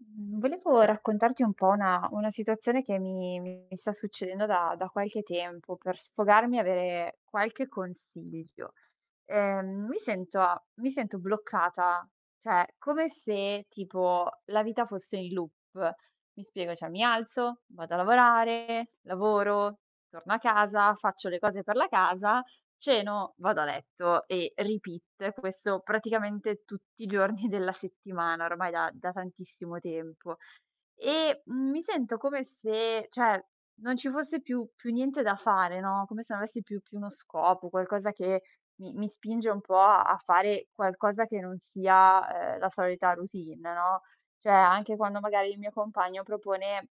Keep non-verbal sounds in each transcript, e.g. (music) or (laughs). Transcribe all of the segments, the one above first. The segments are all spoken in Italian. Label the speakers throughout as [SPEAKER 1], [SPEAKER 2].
[SPEAKER 1] Mhmm, Volevo raccontarti un po' una situazione che mi sta succedendo da qualche tempo, per sfogarmi e avere qualche consiglio. Mi sento bloccata, cioè come se tipo la vita fosse in loop. Mi spiego, cioè mi alzo, vado a lavorare, lavoro, torno a casa, faccio le cose per la casa, ceno, vado a letto e repeat. Questo praticamente tutti i giorni (laughs) della settimana, ormai da tantissimo tempo. E, mi sento come se cioè, non ci fosse più niente da fare, no, come se non avessi più uno scopo, qualcosa che mi spinge un po' a fare qualcosa che non sia, la solita routine, no. Cioè, anche quando magari il mio compagno propone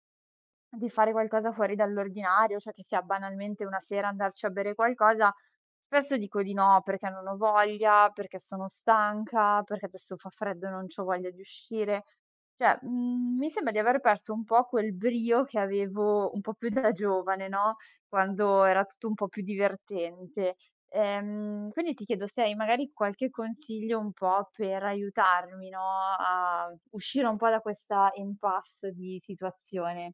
[SPEAKER 1] di fare qualcosa fuori dall'ordinario, cioè che sia banalmente una sera andarci a bere qualcosa, spesso dico di no perché non ho voglia, perché sono stanca, perché adesso fa freddo e non c'ho voglia di uscire. Cioè, mi sembra di aver perso un po' quel brio che avevo un po' più da giovane, no, quando era tutto un po' più divertente. Quindi ti chiedo se hai magari qualche consiglio un po' per aiutarmi, no, a uscire un po' da questa impasse di situazione.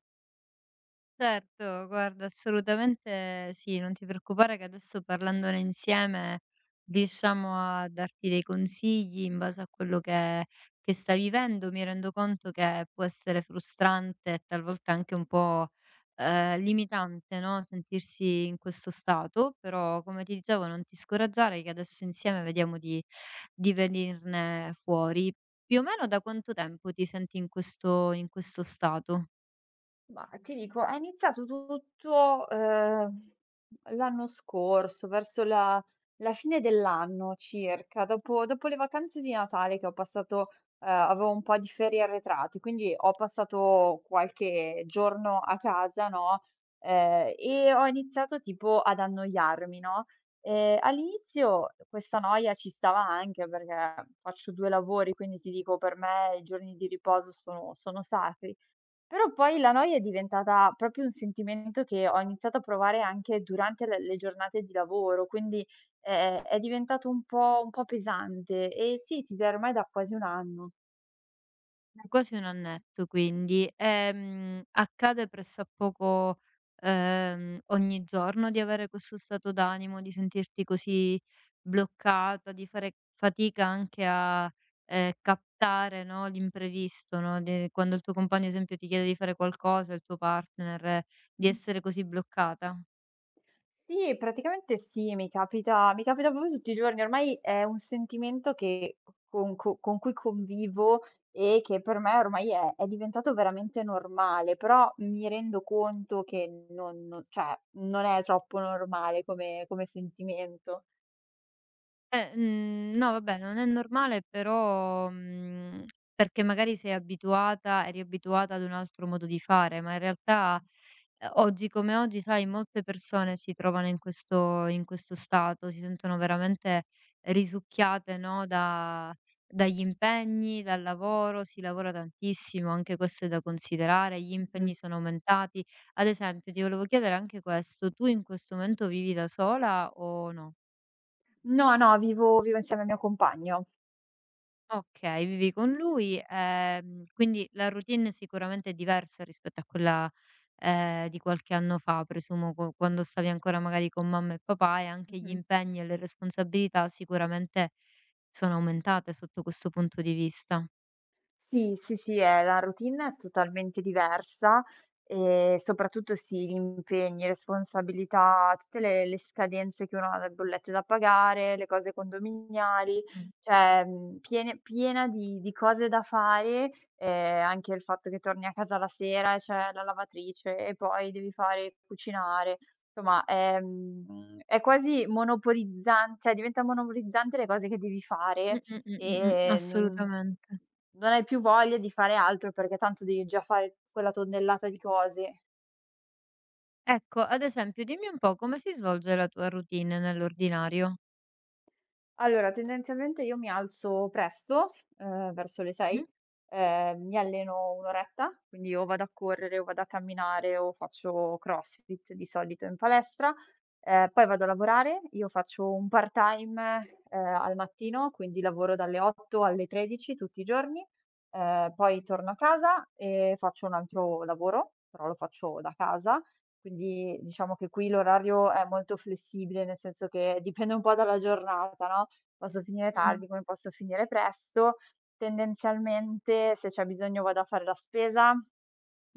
[SPEAKER 2] Certo, guarda assolutamente sì, non ti preoccupare che adesso parlandone insieme riusciamo a darti dei consigli in base a quello che stai vivendo. Mi rendo conto che può essere frustrante e talvolta anche un po', limitante, no, sentirsi in questo stato, però come ti dicevo non ti scoraggiare che adesso insieme vediamo di venirne fuori. Più o meno da quanto tempo ti senti in questo stato?
[SPEAKER 1] Ma ti dico, è iniziato tutto, l'anno scorso, verso la fine dell'anno circa, dopo le vacanze di Natale che ho passato, avevo un po' di ferie arretrate, quindi ho passato qualche giorno a casa, no, e ho iniziato tipo ad annoiarmi, no. All'inizio questa noia ci stava anche perché faccio 2 lavori, quindi ti dico per me i giorni di riposo sono sacri. Però poi la noia è diventata proprio un sentimento che ho iniziato a provare anche durante le giornate di lavoro, quindi è diventato un po' pesante e sì, ti direi ormai da quasi 1 anno.
[SPEAKER 2] Quasi un annetto quindi. Accade pressappoco, ogni giorno di avere questo stato d'animo, di sentirti così bloccata, di fare fatica anche a, captare, no, l'imprevisto, no, de quando il tuo compagno, ad esempio, ti chiede di fare qualcosa, il tuo partner, di
[SPEAKER 1] Mh-mh.
[SPEAKER 2] essere così bloccata?
[SPEAKER 1] Sì, praticamente sì, mi capita proprio tutti i giorni, ormai è un sentimento che con co con cui convivo e che per me ormai è diventato veramente normale, però mi rendo conto che non cioè, non è troppo normale come sentimento.
[SPEAKER 2] Mhmm, no vabbè, non è normale però, mhmm, perché magari sei abituata eri abituata ad un altro modo di fare, ma in realtà, oggi come oggi, sai, molte persone si trovano in questo stato, si sentono veramente risucchiate, no, da dagli impegni, dal lavoro, si lavora tantissimo, anche questo è da considerare, gli
[SPEAKER 1] Mh-mh.
[SPEAKER 2] impegni sono aumentati. Ad esempio, ti volevo chiedere anche questo: tu in questo momento vivi da sola o no?
[SPEAKER 1] No, no, vivo insieme al mio compagno.
[SPEAKER 2] Okay, vivi con lui, quindi la routine sicuramente è diversa rispetto a quella, di qualche anno fa, presumo qu quando stavi ancora magari con mamma e papà e anche gli
[SPEAKER 1] Mh-mh.
[SPEAKER 2] impegni e le responsabilità sicuramente sono aumentate sotto questo punto di vista.
[SPEAKER 1] Sì, sì, sì, è la routine è totalmente diversa e soprattutto sì, gli impegni, responsabilità, tutte le scadenze che uno ha, le bollette da pagare, le cose condominiali,
[SPEAKER 2] Mh.
[SPEAKER 1] cioè, piene piena di cose da fare, anche il fatto che torni a casa la sera e c'è la lavatrice e poi devi fare cucinare. Insomma, è quasi monopolizzan cioè diventa monopolizzante le cose che devi fare e non
[SPEAKER 2] Assolutamente.
[SPEAKER 1] non hai più voglia di fare altro, perché tanto devi già fare quella tonnellata di cose.
[SPEAKER 2] Ecco, ad esempio dimmi un po' come si svolge la tua routine nell'ordinario?
[SPEAKER 1] Allora, tendenzialmente io mi alzo presto, verso le
[SPEAKER 2] Mh-mh.
[SPEAKER 1] 6, mi alleno 1 oretta, quindi o vado a correre o vado a camminare o faccio CrossFit di solito in palestra. Poi vado a lavorare. Io faccio un part-time, al mattino, quindi lavoro dalle 8 alle 13 tutti i giorni. Poi torno a casa e faccio un altro lavoro, però lo faccio da casa. Quindi diciamo che qui l'orario è molto flessibile, nel senso che dipende un po' dalla giornata, no? Posso finire
[SPEAKER 2] Mh.
[SPEAKER 1] tardi come posso finire presto. Tendenzialmente se c'è bisogno vado a fare la spesa,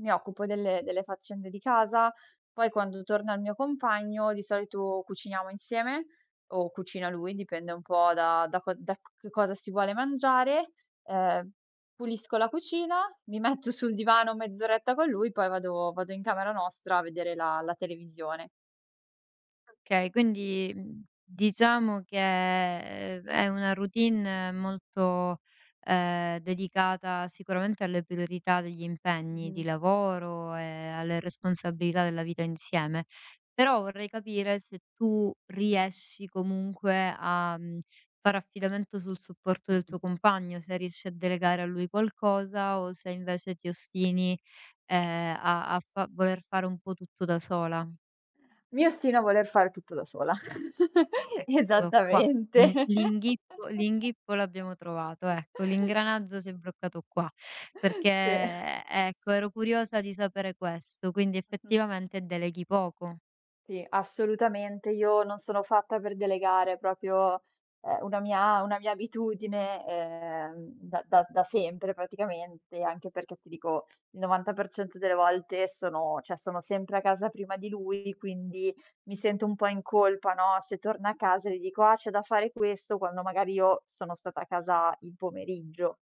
[SPEAKER 1] mi occupo delle faccende di casa, poi quando torna il mio compagno di solito cuciniamo insieme o cucina lui, dipende un po' da che cosa si vuole mangiare. Ehm, Pulisco la cucina, mi metto sul divano mezz'oretta con lui, poi vado in camera nostra a vedere la televisione.
[SPEAKER 2] Okay, quindi, mhmm, diciamo che, è una routine molto, dedicata sicuramente alle priorità degli impegni
[SPEAKER 1] Mh-mh.
[SPEAKER 2] di lavoro e alle responsabilità della vita insieme. Però vorrei capire se tu riesci comunque a, mhmm, fare affidamento sul supporto del tuo compagno, se riesci a delegare a lui qualcosa o se invece ti ostini, a a fa voler fare un po' tutto da sola.
[SPEAKER 1] Mi ostino a voler fare tutto da sola. (laughs)
[SPEAKER 2] Eccolo qua,
[SPEAKER 1] Esattamente. (laughs)
[SPEAKER 2] l'inghippo l'abbiamo trovato, ecco, l'ingranaggio si è bloccato qua, perché
[SPEAKER 1] Sì.
[SPEAKER 2] ecco, ero curiosa di sapere questo, quindi
[SPEAKER 1] Mh-mh.
[SPEAKER 2] effettivamente deleghi poco.
[SPEAKER 1] Sì, assolutamente. Io non sono fatta per delegare, è proprio, una mia abitudine, da da da sempre praticamente, anche perché ti dico, il 90% delle volte sono cioè sono sempre a casa prima di lui, quindi mi sento un po' in colpa, no, se torna a casa e gli dico: "Ah, c'è da fare questo", quando magari io sono stata a casa il pomeriggio.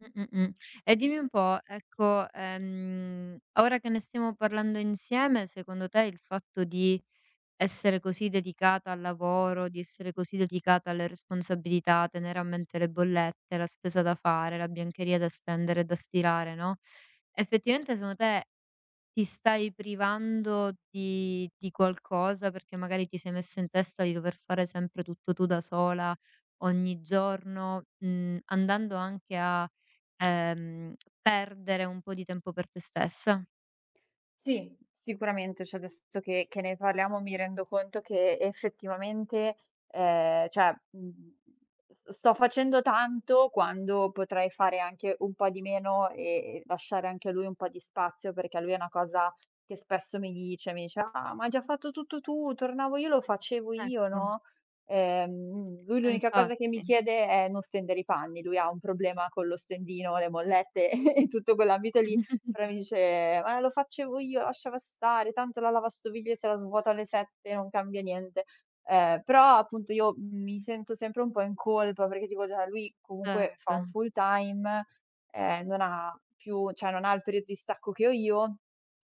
[SPEAKER 2] Mh, mh, mh. E dimmi un po', ecco, ora che ne stiamo parlando insieme, secondo te il fatto di essere così dedicata al lavoro, di essere così dedicata alle responsabilità, tenere a mente le bollette, la spesa da fare, la biancheria da stendere e da stirare, no, effettivamente secondo te ti stai privando di qualcosa perché magari ti sei messa in testa di dover fare sempre tutto tu da sola ogni giorno, mhmm, andando anche a, ehm, perdere un po' di tempo per te stessa?
[SPEAKER 1] Sì, sicuramente, cioè adesso che ne parliamo mi rendo conto che effettivamente, cioè, mhmm, s sto facendo tanto quando potrei fare anche un po' di meno e lasciare anche a lui un po' di spazio, perché lui è una cosa che spesso mi dice: "Ah, ma hai già fatto tutto tu, tornavo io, lo facevo io",
[SPEAKER 2] Ecco,
[SPEAKER 1] no. Lui
[SPEAKER 2] eh
[SPEAKER 1] l'unica cosa che mi
[SPEAKER 2] infatti.
[SPEAKER 1] chiede è non stendere i panni, lui ha un problema con lo stendino, le mollette (laughs) e tutto quell'ambito lì, allora mi
[SPEAKER 2] (laughs)
[SPEAKER 1] dice: "Ma lo facevo io, lasciala stare, tanto la lavastoviglie se la svuoto alle 7, non cambia niente". Però appunto io mi sento sempre un po' in colpa perché dico: "Cioè lui comunque fa un
[SPEAKER 2] Certo.
[SPEAKER 1] full time, non ha più cioè non ha il periodo di stacco che ho io,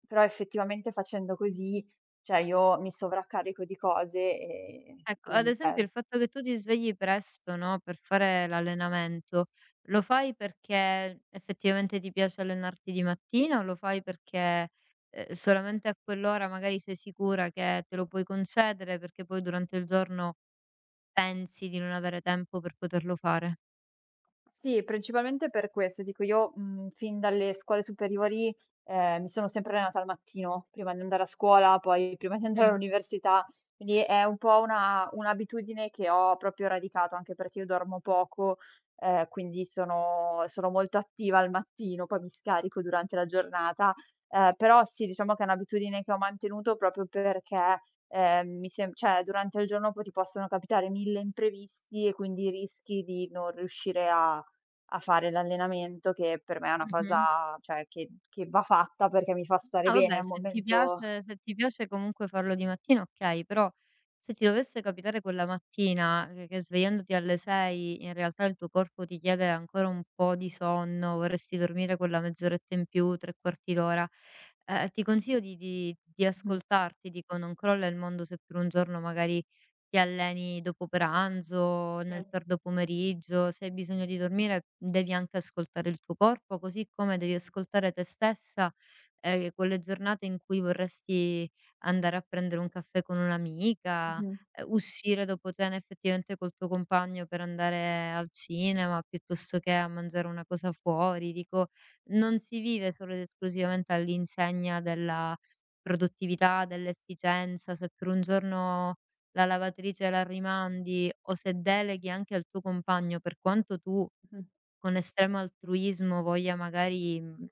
[SPEAKER 1] però effettivamente facendo così, cioè io mi sovraccarico di cose
[SPEAKER 2] Ecco,
[SPEAKER 1] e
[SPEAKER 2] ad esempio il fatto che tu ti svegli presto, no, per fare l'allenamento, lo fai perché effettivamente ti piace allenarti di mattina o lo fai perché, solamente a quell'ora magari sei sicura che te lo puoi concedere, perché poi durante il giorno pensi di non avere tempo per poterlo fare?
[SPEAKER 1] Sì, principalmente per questo. Dico io, fin dalle scuole superiori, mi sono sempre allenata al mattino, prima di andare a scuola, poi prima di andare
[SPEAKER 2] Mh,
[SPEAKER 1] all'università, quindi è un po' una un'abitudine che ho proprio radicato, anche perché io dormo poco, quindi sono molto attiva al mattino, poi mi scarico durante la giornata. Però sì, diciamo che è un'abitudine che ho mantenuto proprio perché, mi sem cioè durante il giorno poi ti possono capitare 1000 imprevisti e quindi rischi di non riuscire a fare l'allenamento che per me è una
[SPEAKER 2] mh-mh.
[SPEAKER 1] cosa cioè che va fatta perché mi fa stare
[SPEAKER 2] Ah
[SPEAKER 1] bene, è
[SPEAKER 2] vabbè,
[SPEAKER 1] un momento.
[SPEAKER 2] se ti piace comunque farlo di mattina okay, però se ti dovesse capitare quella mattina che svegliandoti alle 6 in realtà il tuo corpo ti chiede ancora un po' di sonno, vorresti dormire quella mezz'oretta in più, 3/4 d'ora, ti consiglio di
[SPEAKER 1] (laughs) Mh-mh,
[SPEAKER 2] ascoltarti, dico non crolla il mondo se per un giorno magari ti alleni dopo pranzo,
[SPEAKER 1] sì,
[SPEAKER 2] nel tardo pomeriggio, se hai bisogno di dormire devi anche ascoltare il tuo corpo, così come devi ascoltare te stessa quelle giornate in cui vorresti andare a prendere un caffè con un'amica,
[SPEAKER 1] mh-mh,
[SPEAKER 2] uscire dopo cena effettivamente col tuo compagno per andare al cinema, piuttosto che a mangiare una cosa fuori, dico, non si vive solo ed esclusivamente all'insegna della produttività, dell'efficienza, se per un giorno la lavatrice la rimandi o se deleghi anche al tuo compagno, per quanto tu
[SPEAKER 1] mh-mh,
[SPEAKER 2] con estremo altruismo voglia magari, mhmm,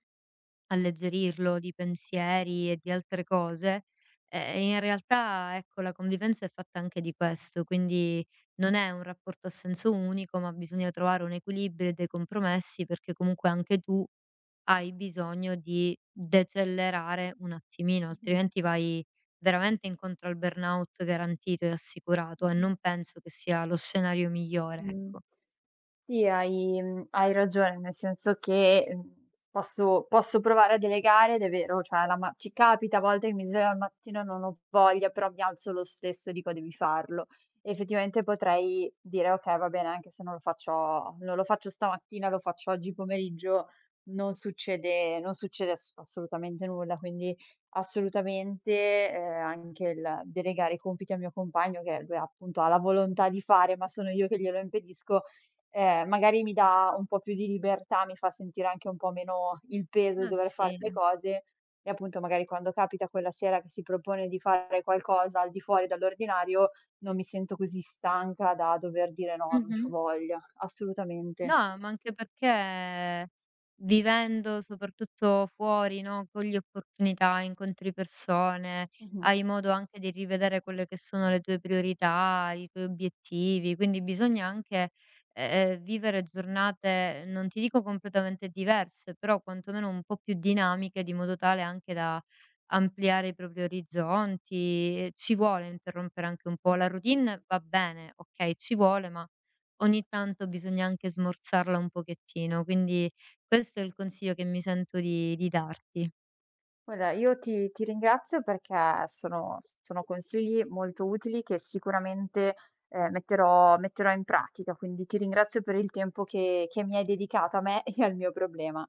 [SPEAKER 2] alleggerirlo di pensieri e di altre cose, in realtà ecco la convivenza è fatta anche di questo, quindi non è un rapporto a senso unico, ma bisogna trovare un equilibrio e dei compromessi perché comunque anche tu hai bisogno di decelerare un attimino, altrimenti vai veramente incontro al burnout garantito e assicurato e non penso che sia lo scenario migliore,
[SPEAKER 1] mh-mh.
[SPEAKER 2] ecco.
[SPEAKER 1] Sì, hai, hai ragione, nel senso che, mhmm, s posso provare a delegare ed è vero, cioè la ma ci capita a volte che mi sveglio al mattino e non ho voglia, però mi alzo lo stesso e dico: "Devi farlo". Effettivamente potrei dire: "Okay, va bene, anche se non lo faccio stamattina, lo faccio oggi pomeriggio, non succede assolutamente nulla". Quindi assolutamente, anche il delegare i compiti al mio compagno che lui appunto ha la volontà di fare, ma sono io che glielo impedisco. Magari mi dà un po' più di libertà, mi fa sentire anche un po' meno il peso di
[SPEAKER 2] Ma
[SPEAKER 1] dover fare
[SPEAKER 2] sì.
[SPEAKER 1] le cose e appunto magari quando capita quella sera che si propone di fare qualcosa al di fuori dall'ordinario, non mi sento così stanca da dover dire: "No, non c'ho
[SPEAKER 2] Mh-mh.
[SPEAKER 1] voglia", assolutamente.
[SPEAKER 2] No, ma anche perché vivendo soprattutto fuori, no, cogli opportunità, incontri persone,
[SPEAKER 1] Mh-mh.
[SPEAKER 2] hai modo anche di rivedere quelle che sono le tue priorità, i tuoi obiettivi, quindi bisogna anche, vivere giornate, non ti dico completamente diverse, però quantomeno un po' più dinamiche, di modo tale anche da ampliare i propri orizzonti. Ci vuole interrompere anche un po'. La routine va bene, okay, ci vuole, ma ogni tanto bisogna anche smorzarla un pochettino, quindi questo è il consiglio che mi sento di darti.
[SPEAKER 1] Guarda, io ti ringrazio perché sono consigli molto utili che sicuramente, metterò in pratica, quindi ti ringrazio per il tempo che mi hai dedicato a me (laughs) e al mio problema.